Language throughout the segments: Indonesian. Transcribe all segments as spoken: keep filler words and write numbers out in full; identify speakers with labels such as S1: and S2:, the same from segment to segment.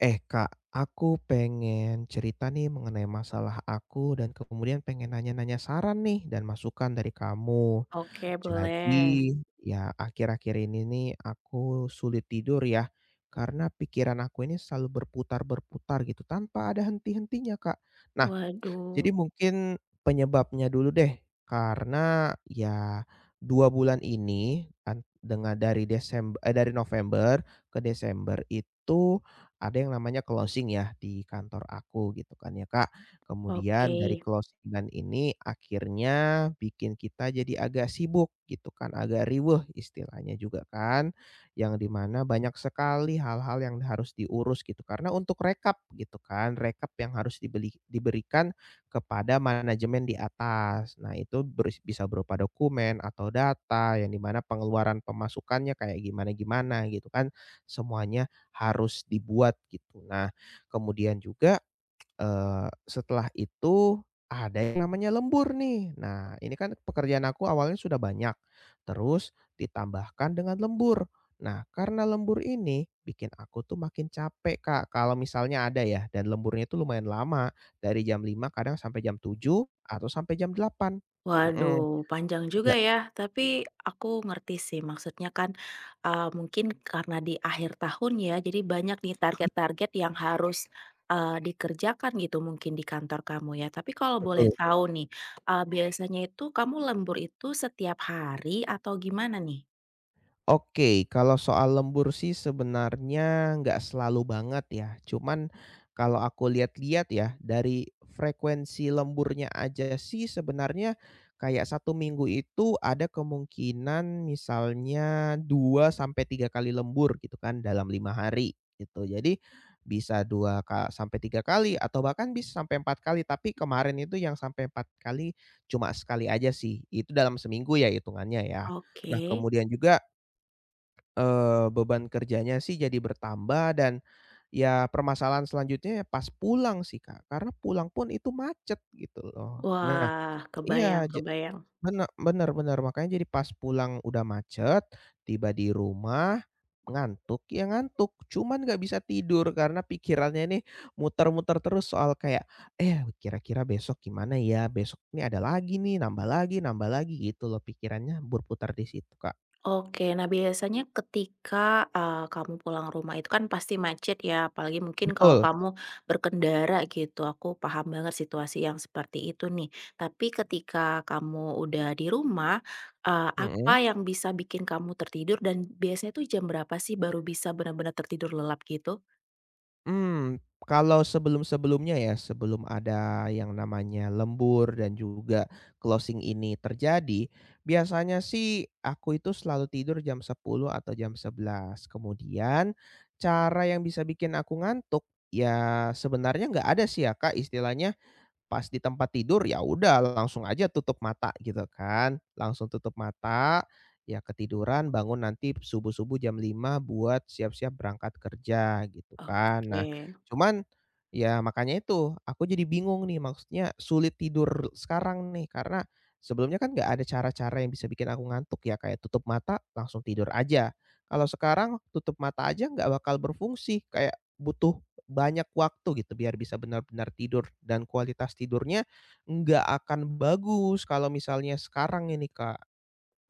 S1: Eh Kak, aku pengen cerita nih mengenai masalah aku dan kemudian pengen nanya-nanya saran nih dan masukan dari kamu.
S2: Oke, boleh.
S1: Jadi, ya akhir-akhir ini nih aku sulit tidur ya, karena pikiran aku ini selalu berputar-berputar gitu tanpa ada henti-hentinya Kak. Nah,
S2: Waduh,
S1: jadi mungkin penyebabnya dulu deh, karena ya dua bulan ini an dengan dari Desember eee, dari November ke Desember itu ada yang namanya closing ya di kantor aku gitu kan ya, Kak. Kemudian
S2: oke.
S1: dari closing ini akhirnya bikin kita jadi agak sibuk gitu kan, agak riweuh istilahnya juga kan, yang dimana banyak sekali hal-hal yang harus diurus gitu. Karena untuk rekap gitu kan, rekap yang harus dibeli diberikan kepada manajemen di atas. Nah, itu berus bisa berupa dokumen atau data yang dimana pengeluaran pemasukannya kayak gimana-gimana gitu kan, semuanya harus dibuat gitu. Nah, kemudian juga Eee, setelah itu ada yang namanya lembur nih. Nah, ini kan pekerjaan aku awalnya sudah banyak, terus ditambahkan dengan lembur. Nah, karena lembur ini bikin aku tuh makin capek, Kak, kalau misalnya ada ya dan lemburnya itu lumayan lama, dari jam lima kadang sampai jam tujuh atau sampai jam delapan. Mhm,
S2: Waduh, panjang juga
S1: ja
S2: ya. Tapi aku ngerti sih, maksudnya kan uh, mungkin karena di akhir tahun ya, jadi banyak nih target-target yang harus uh, dikerjakan gitu mungkin di kantor kamu ya. Tapi kalau boleh
S1: betul.
S2: tahu nih, uh, biasanya itu kamu lembur itu setiap hari atau gimana nih?
S1: Oke, kalau soal lembur sih sebenarnya nggak selalu banget ya. Cuman kalau aku lihat-lihat ya dari frekuensi lemburnya aja sih sebenarnya kayak satu minggu itu ada kemungkinan misalnya dua sampai tiga kali lembur gitu kan dalam lima hari gitu. Jadi bisa dua ka sampai tiga kali atau bahkan bisa sampai empat kali, tapi kemarin itu yang sampai empat kali cuma sekali aja sih. Itu dalam seminggu ya hitungannya ya. Nah,
S2: Oke.
S1: kemudian juga Eee, beban kerjanya sih jadi bertambah dan ya permasalahan selanjutnya ya pas pulang sih, Kak, karena pulang pun itu macet gitu loh. Nah,
S2: Wah, kebayang,
S1: iya, ja
S2: kebayang.
S1: bene bener bener, makanya jadi pas pulang udah macet, tiba di rumah, ngantuk, ya ngantuk, cuman nggak bisa tidur karena pikirannya nih muter-muter terus soal kayak, "Eh, kira-kira besok gimana ya? Besok nih ada lagi nih, nambah lagi nambah lagi," gitu loh pikirannya berputar di situ, Kak.
S2: Oke, nah biasanya ketika, eee, kamu pulang rumah itu kan pasti macet ya, apalagi mungkin kalau
S1: Betul,
S2: kamu berkendara gitu, aku paham banget situasi yang seperti itu nih. Tapi ketika kamu udah di rumah, eee, apa
S1: mhm.
S2: yang bisa bikin kamu tertidur dan biasanya tuh jam berapa sih baru bisa benar-benar tertidur lelap gitu?
S1: Hmm, kalau sebelum-sebelumnya ya, sebelum ada yang namanya lembur dan juga closing ini terjadi, biasanya sih aku itu selalu tidur jam sepuluh atau jam sebelas. Kemudian cara yang bisa bikin aku ngantuk, ya sebenarnya nggak ada sih ya, Kak, istilahnya pas di tempat tidur, ya udah langsung aja tutup mata gitu kan, langsung tutup mata, ya ketiduran bangun nanti subuh-subuh jam lima buat siap-siap berangkat kerja gitu kan. Nah,
S2: Oke.
S1: cuman ya makanya itu aku jadi bingung nih maksudnya sulit tidur sekarang nih karena sebelumnya kan nggak ada cara-cara yang bisa bikin aku ngantuk ya, kayak tutup mata langsung tidur aja. Kalau sekarang tutup mata aja nggak bakal berfungsi, kayak butuh banyak waktu gitu biar bisa benar-benar tidur dan kualitas tidurnya nggak akan bagus kalau misalnya sekarang ini, Kak.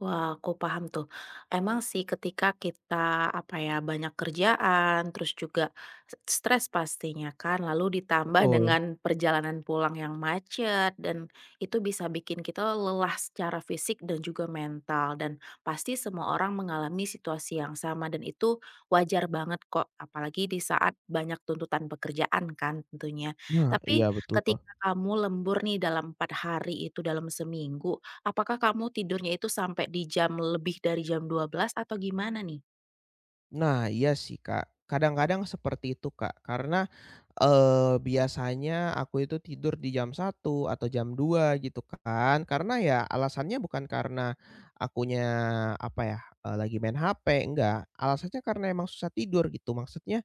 S2: Wah, aku paham tuh. Emang sih ketika kita apa ya, banyak kerjaan, terus juga s- stres pastinya kan, lalu ditambah
S1: Betul.
S2: dengan perjalanan pulang yang macet dan itu bisa bikin kita lelah secara fisik dan juga mental dan pasti semua orang mengalami situasi yang sama dan itu wajar banget kok, apalagi di saat banyak tuntutan pekerjaan kan tentunya.
S1: Nah, iya
S2: Tapi
S1: betul, Kak.
S2: ketika kamu lembur nih dalam empat hari itu dalam seminggu. Apakah kamu tidurnya itu sampai di jam lebih dari jam dua belas atau gimana nih?
S1: Nah, iya sih, Kak. Kadang-kadang seperti itu, Kak, karena, eee, biasanya aku itu tidur di jam satu atau jam dua gitu kan, karena ya alasannya bukan karena akunya apa ya, eee, lagi main H P, enggak, alasannya karena emang susah tidur gitu. Maksudnya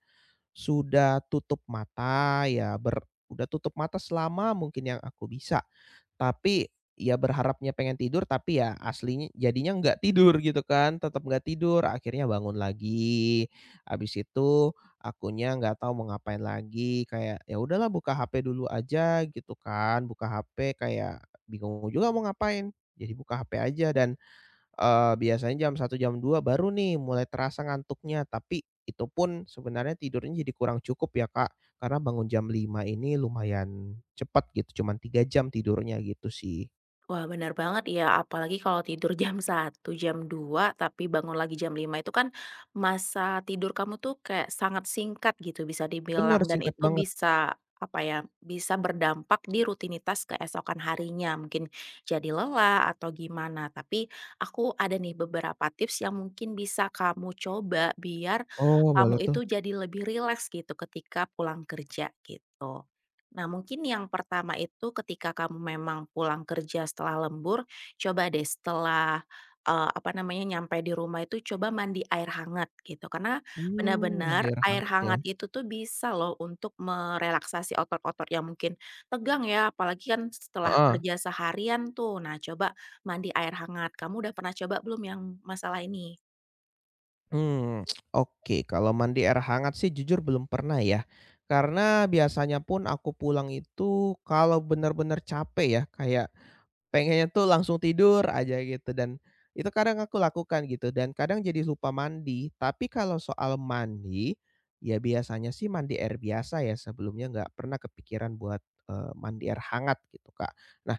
S1: sudah tutup mata ya ber udah tutup mata selama mungkin yang aku bisa. Tapi, ya berharapnya pengen tidur tapi ya aslinya jadinya nggak tidur gitu kan, tetap nggak tidur, akhirnya bangun lagi, habis itu akunya nggak tahu mau ngapain lagi, kayak, "Ya udahlah buka H P dulu aja," gitu kan, buka H P kayak bingung juga mau ngapain, jadi buka H P aja dan Eee, biasanya jam satu jam dua baru nih mulai terasa ngantuknya, tapi itu pun sebenarnya tidurnya jadi kurang cukup ya, Kak, karena bangun jam lima ini lumayan cepat gitu, cuman tiga jam tidurnya gitu sih.
S2: Wah, benar banget ya, apalagi kalau tidur jam satu jam dua tapi bangun lagi jam lima itu kan masa tidur kamu tuh kayak sangat singkat gitu bisa
S1: Bener,
S2: dibilang dan
S1: singkat
S2: itu
S1: banget.
S2: bisa, apa ya, bisa berdampak di rutinitas keesokan harinya, mungkin jadi lelah atau gimana. Tapi aku ada nih beberapa tips yang mungkin bisa kamu coba biar
S1: Oh, boleh
S2: kamu
S1: tuh.
S2: itu jadi lebih rileks gitu ketika pulang kerja, git Nah, mungkin yang pertama itu ketika kamu memang pulang kerja setelah lembur, coba deh setelah, eee, apa namanya, nyampe di rumah itu coba mandi air hangat gitu. Karena
S1: Hmm, mandi
S2: benar-benar
S1: air
S2: air
S1: hangat ya?
S2: hangat itu tuh bisa loh untuk merelaksasi otot-otot yang mungkin tegang ya, apalagi kan setelah
S1: Heeh.
S2: kerja seharian tuh. Nah, coba mandi air hangat. Kamu udah pernah coba belum yang masalah ini?
S1: Hmm, oke, kalau mandi air hangat sih jujur belum pernah ya, karena biasanya pun aku pulang itu kalau benar-benar capek ya, kayak pengennya tuh langsung tidur aja gitu dan itu kadang aku lakukan gitu dan kadang jadi lupa mandi. Tapi kalau soal mandi, ya biasanya sih mandi air biasa ya sebelumnya nggak pernah kepikiran buat, eee, mandi air hangat gitu, Kak. Nah,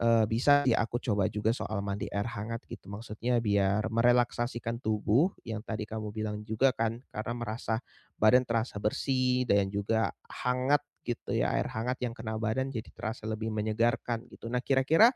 S1: eee, bisa ya aku coba juga soal mandi air hangat gitu maksudnya biar merelaksasikan tubuh yang tadi kamu bilang juga kan karena merasa badan terasa bersih dan juga hangat gitu ya, air hangat yang kena badan jadi terasa lebih menyegarkan gitu. Nah, kira-kira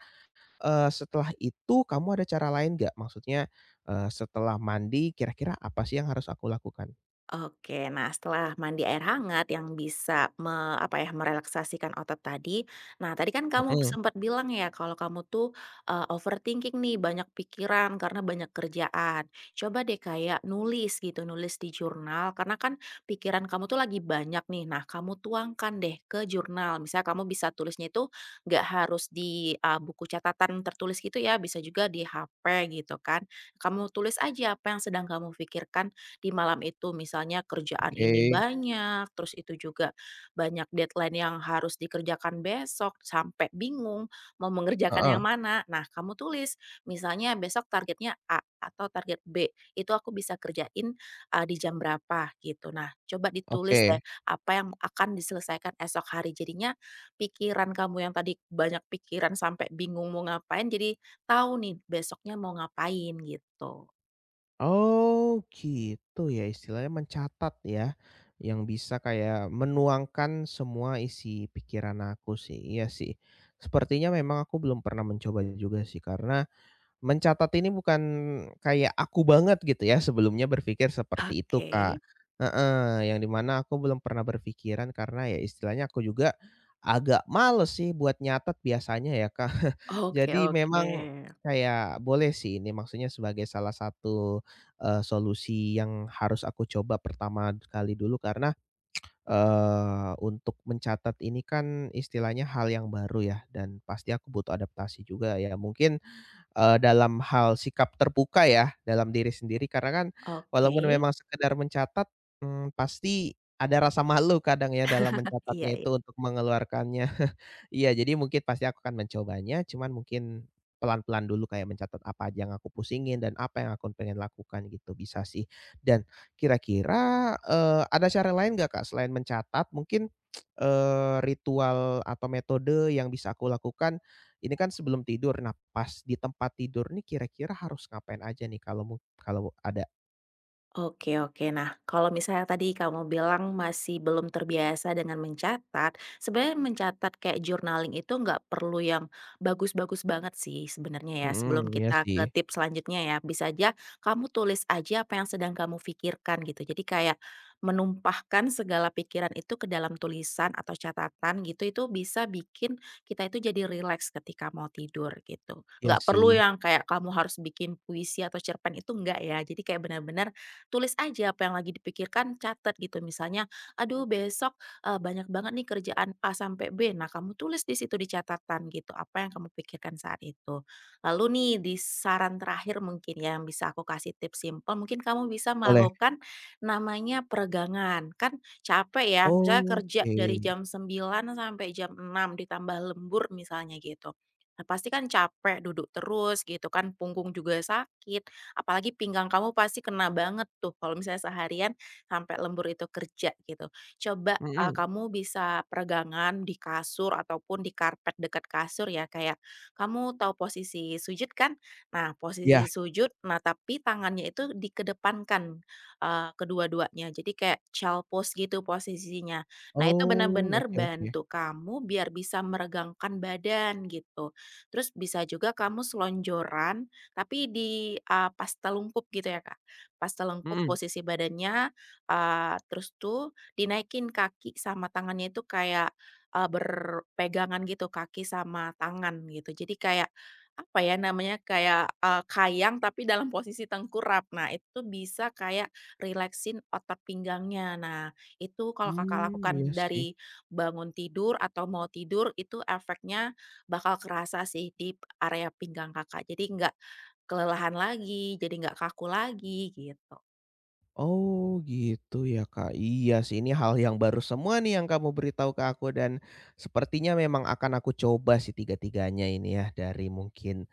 S1: Eee, setelah itu kamu ada cara lain nggak? Maksudnya, eee, setelah mandi kira-kira apa sih yang harus aku lakukan?
S2: Oke, nah setelah mandi air hangat yang bisa me apa ya, merelaksasikan otot tadi. Nah, tadi kan kamu
S1: Mhm,
S2: sempat bilang ya kalau kamu tuh, eee, overthinking nih, banyak pikiran karena banyak kerjaan. Coba deh kayak nulis gitu, nulis di jurnal karena kan pikiran kamu tuh lagi banyak nih. Nah, kamu tuangkan deh ke jurnal. Misalnya kamu bisa tulisnya itu nggak harus di, eee, buku catatan tertulis gitu ya, bisa juga di H P gitu kan. Kamu tulis aja apa yang sedang kamu pikirkan di malam itu misalnya kerjaan ini
S1: oke,
S2: banyak, terus itu juga banyak deadline yang harus dikerjakan besok, sampai bingung mau mengerjakan
S1: heeh,
S2: yang mana. Nah, kamu tulis misalnya besok targetnya A atau target B, itu aku bisa kerjain, eee, di jam berapa gitu. Nah, coba ditulis deh
S1: oke.
S2: apa yang akan diselesaikan esok hari. Jadinya pikiran kamu yang tadi banyak pikiran sampai bingung mau ngapain, jadi tahu nih besoknya mau ngapain gitu.
S1: Oh, gitu ya istilahnya mencatat ya, yang bisa kayak menuangkan semua isi pikiran aku sih, iya sih. Sepertinya memang aku belum pernah mencoba juga sih karena mencatat ini bukan kayak aku banget gitu ya sebelumnya berpikir seperti itu,
S2: Oke.
S1: Kak. Heeh, yang di mana aku belum pernah berpikiran karena ya istilahnya aku juga agak males sih buat nyatet biasanya ya, Kak.
S2: Oke,
S1: Jadi
S2: oke.
S1: memang kayak boleh sih ini maksudnya sebagai salah satu, eee, solusi yang harus aku coba pertama kali dulu karena, eee, untuk mencatat ini kan istilahnya hal yang baru ya dan pasti aku butuh adaptasi juga ya. Mungkin eee, dalam hal sikap terbuka ya, dalam diri sendiri karena kan
S2: Oke,
S1: walaupun memang sekedar mencatat, mmm, pasti ada rasa malu kadang ya dalam
S2: iya,
S1: mencatatnya itu
S2: mhm.
S1: untuk mengeluarkannya. Iya, jadi mungkin pasti aku akan mencobanya, cuman mungkin pelan-pelan dulu kayak mencatat apa aja yang aku pusingin dan apa yang aku pengen lakukan gitu, bisa sih. Dan kira-kira, eee, ada cara lain gak Kak, selain mencatat mungkin, eee, ritual atau metode yang bisa aku lakukan ini kan sebelum tidur, nah pas di tempat tidur nih kira-kira harus ngapain aja nih kalau mu kalau ada?
S2: Oke, oke. Nah, kalau misalnya tadi kamu bilang masih belum terbiasa dengan mencatat, sebenarnya mencatat kayak journaling itu nggak perlu yang bagus-bagus banget sih sebenarnya ya.
S1: Mhm,
S2: Sebelum
S1: iya
S2: kita
S1: sih
S2: ke tips selanjutnya ya, bisa aja kamu tulis aja apa yang sedang kamu pikirkan gitu. Jadi kayak menumpahkan segala pikiran itu ke dalam tulisan atau catatan gitu, itu bisa bikin kita itu jadi rileks ketika mau tidur gitu.
S1: iya
S2: Nggak perlu
S1: sih,
S2: yang kayak kamu harus bikin puisi atau cerpen itu enggak ya. Jadi kayak benar-benar tulis aja apa yang lagi dipikirkan, catat gitu. Misalnya, "Aduh besok, eee, banyak banget nih kerjaan A sampai B." Nah, kamu tulis di situ di catatan gitu, apa yang kamu pikirkan saat itu. Lalu nih di saran terakhir mungkin ya yang bisa aku kasih tips simpel, mungkin kamu bisa
S1: boleh.
S2: melakukan namanya peregangan. Kan capek ya, misalnya kerja
S1: Oke,
S2: dari jam sembilan sampai jam enam ditambah lembur misalnya gitu. Nah, pasti kan capek duduk terus gitu kan, punggung juga sakit. Apalagi pinggang kamu pasti kena banget tuh kalau misalnya seharian sampai lembur itu kerja gitu. Coba, eee,
S1: mhm,
S2: kamu bisa peregangan di kasur ataupun di karpet dekat kasur ya, kayak kamu tahu posisi sujud kan? Nah,
S1: iya,
S2: posisi sujud, nah tapi tangannya itu dikedepankan, eee, kedua-duanya. Jadi kayak child pose gitu posisinya. Nah, itu
S1: oh,
S2: benar-benar
S1: oke oke,
S2: bantu kamu biar bisa meregangkan badan gitu. Terus bisa juga kamu selonjoran tapi di, eee, pasta lengkup gitu ya, Kak. Pasta lengkup
S1: mhm,
S2: posisi badannya, eee, terus tuh dinaikin kaki sama tangannya itu kayak, eee, berpegangan gitu, kaki sama tangan gitu. Jadi kayak, apa ya namanya, kayak, eee, kayang tapi dalam posisi tengkurap. Nah, itu bisa kayak relaxin otot pinggangnya. Nah, itu kalau Kakak
S1: mmm, iya
S2: lakukan
S1: sih.
S2: dari bangun tidur atau mau tidur, itu efeknya bakal kerasa sih di area pinggang Kakak. Jadi nggak kelelahan lagi, jadi nggak kaku lagi, gitu.
S1: Oh, gitu ya Kak, iya sih ini hal yang baru semua nih yang kamu beritahu ke aku dan sepertinya memang akan aku coba sih tiga-tiganya ini ya dari mungkin,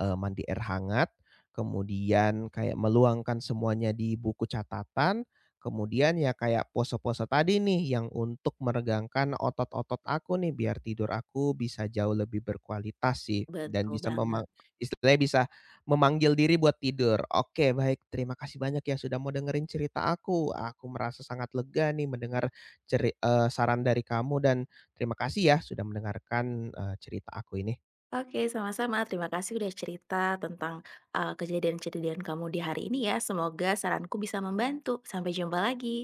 S1: eee, mandi air hangat, kemudian kayak meluangkan semuanya di buku catatan, kemudian ya kayak pose-pose tadi nih yang untuk meregangkan otot-otot aku nih biar tidur aku bisa jauh lebih berkualitas sih dan
S2: Betul
S1: bisa memang
S2: banget.
S1: istilahnya bisa memanggil diri buat tidur. Oke, baik. Terima kasih banyak ya sudah mau dengerin cerita aku. Aku merasa sangat lega nih mendengar ceri eee, saran dari kamu dan terima kasih ya sudah mendengarkan, eee, cerita aku ini.
S2: Oke, sama-sama. Terima kasih udah cerita tentang, eee, kejadian-kejadian kamu di hari ini ya. Semoga saranku bisa membantu. Sampai jumpa lagi.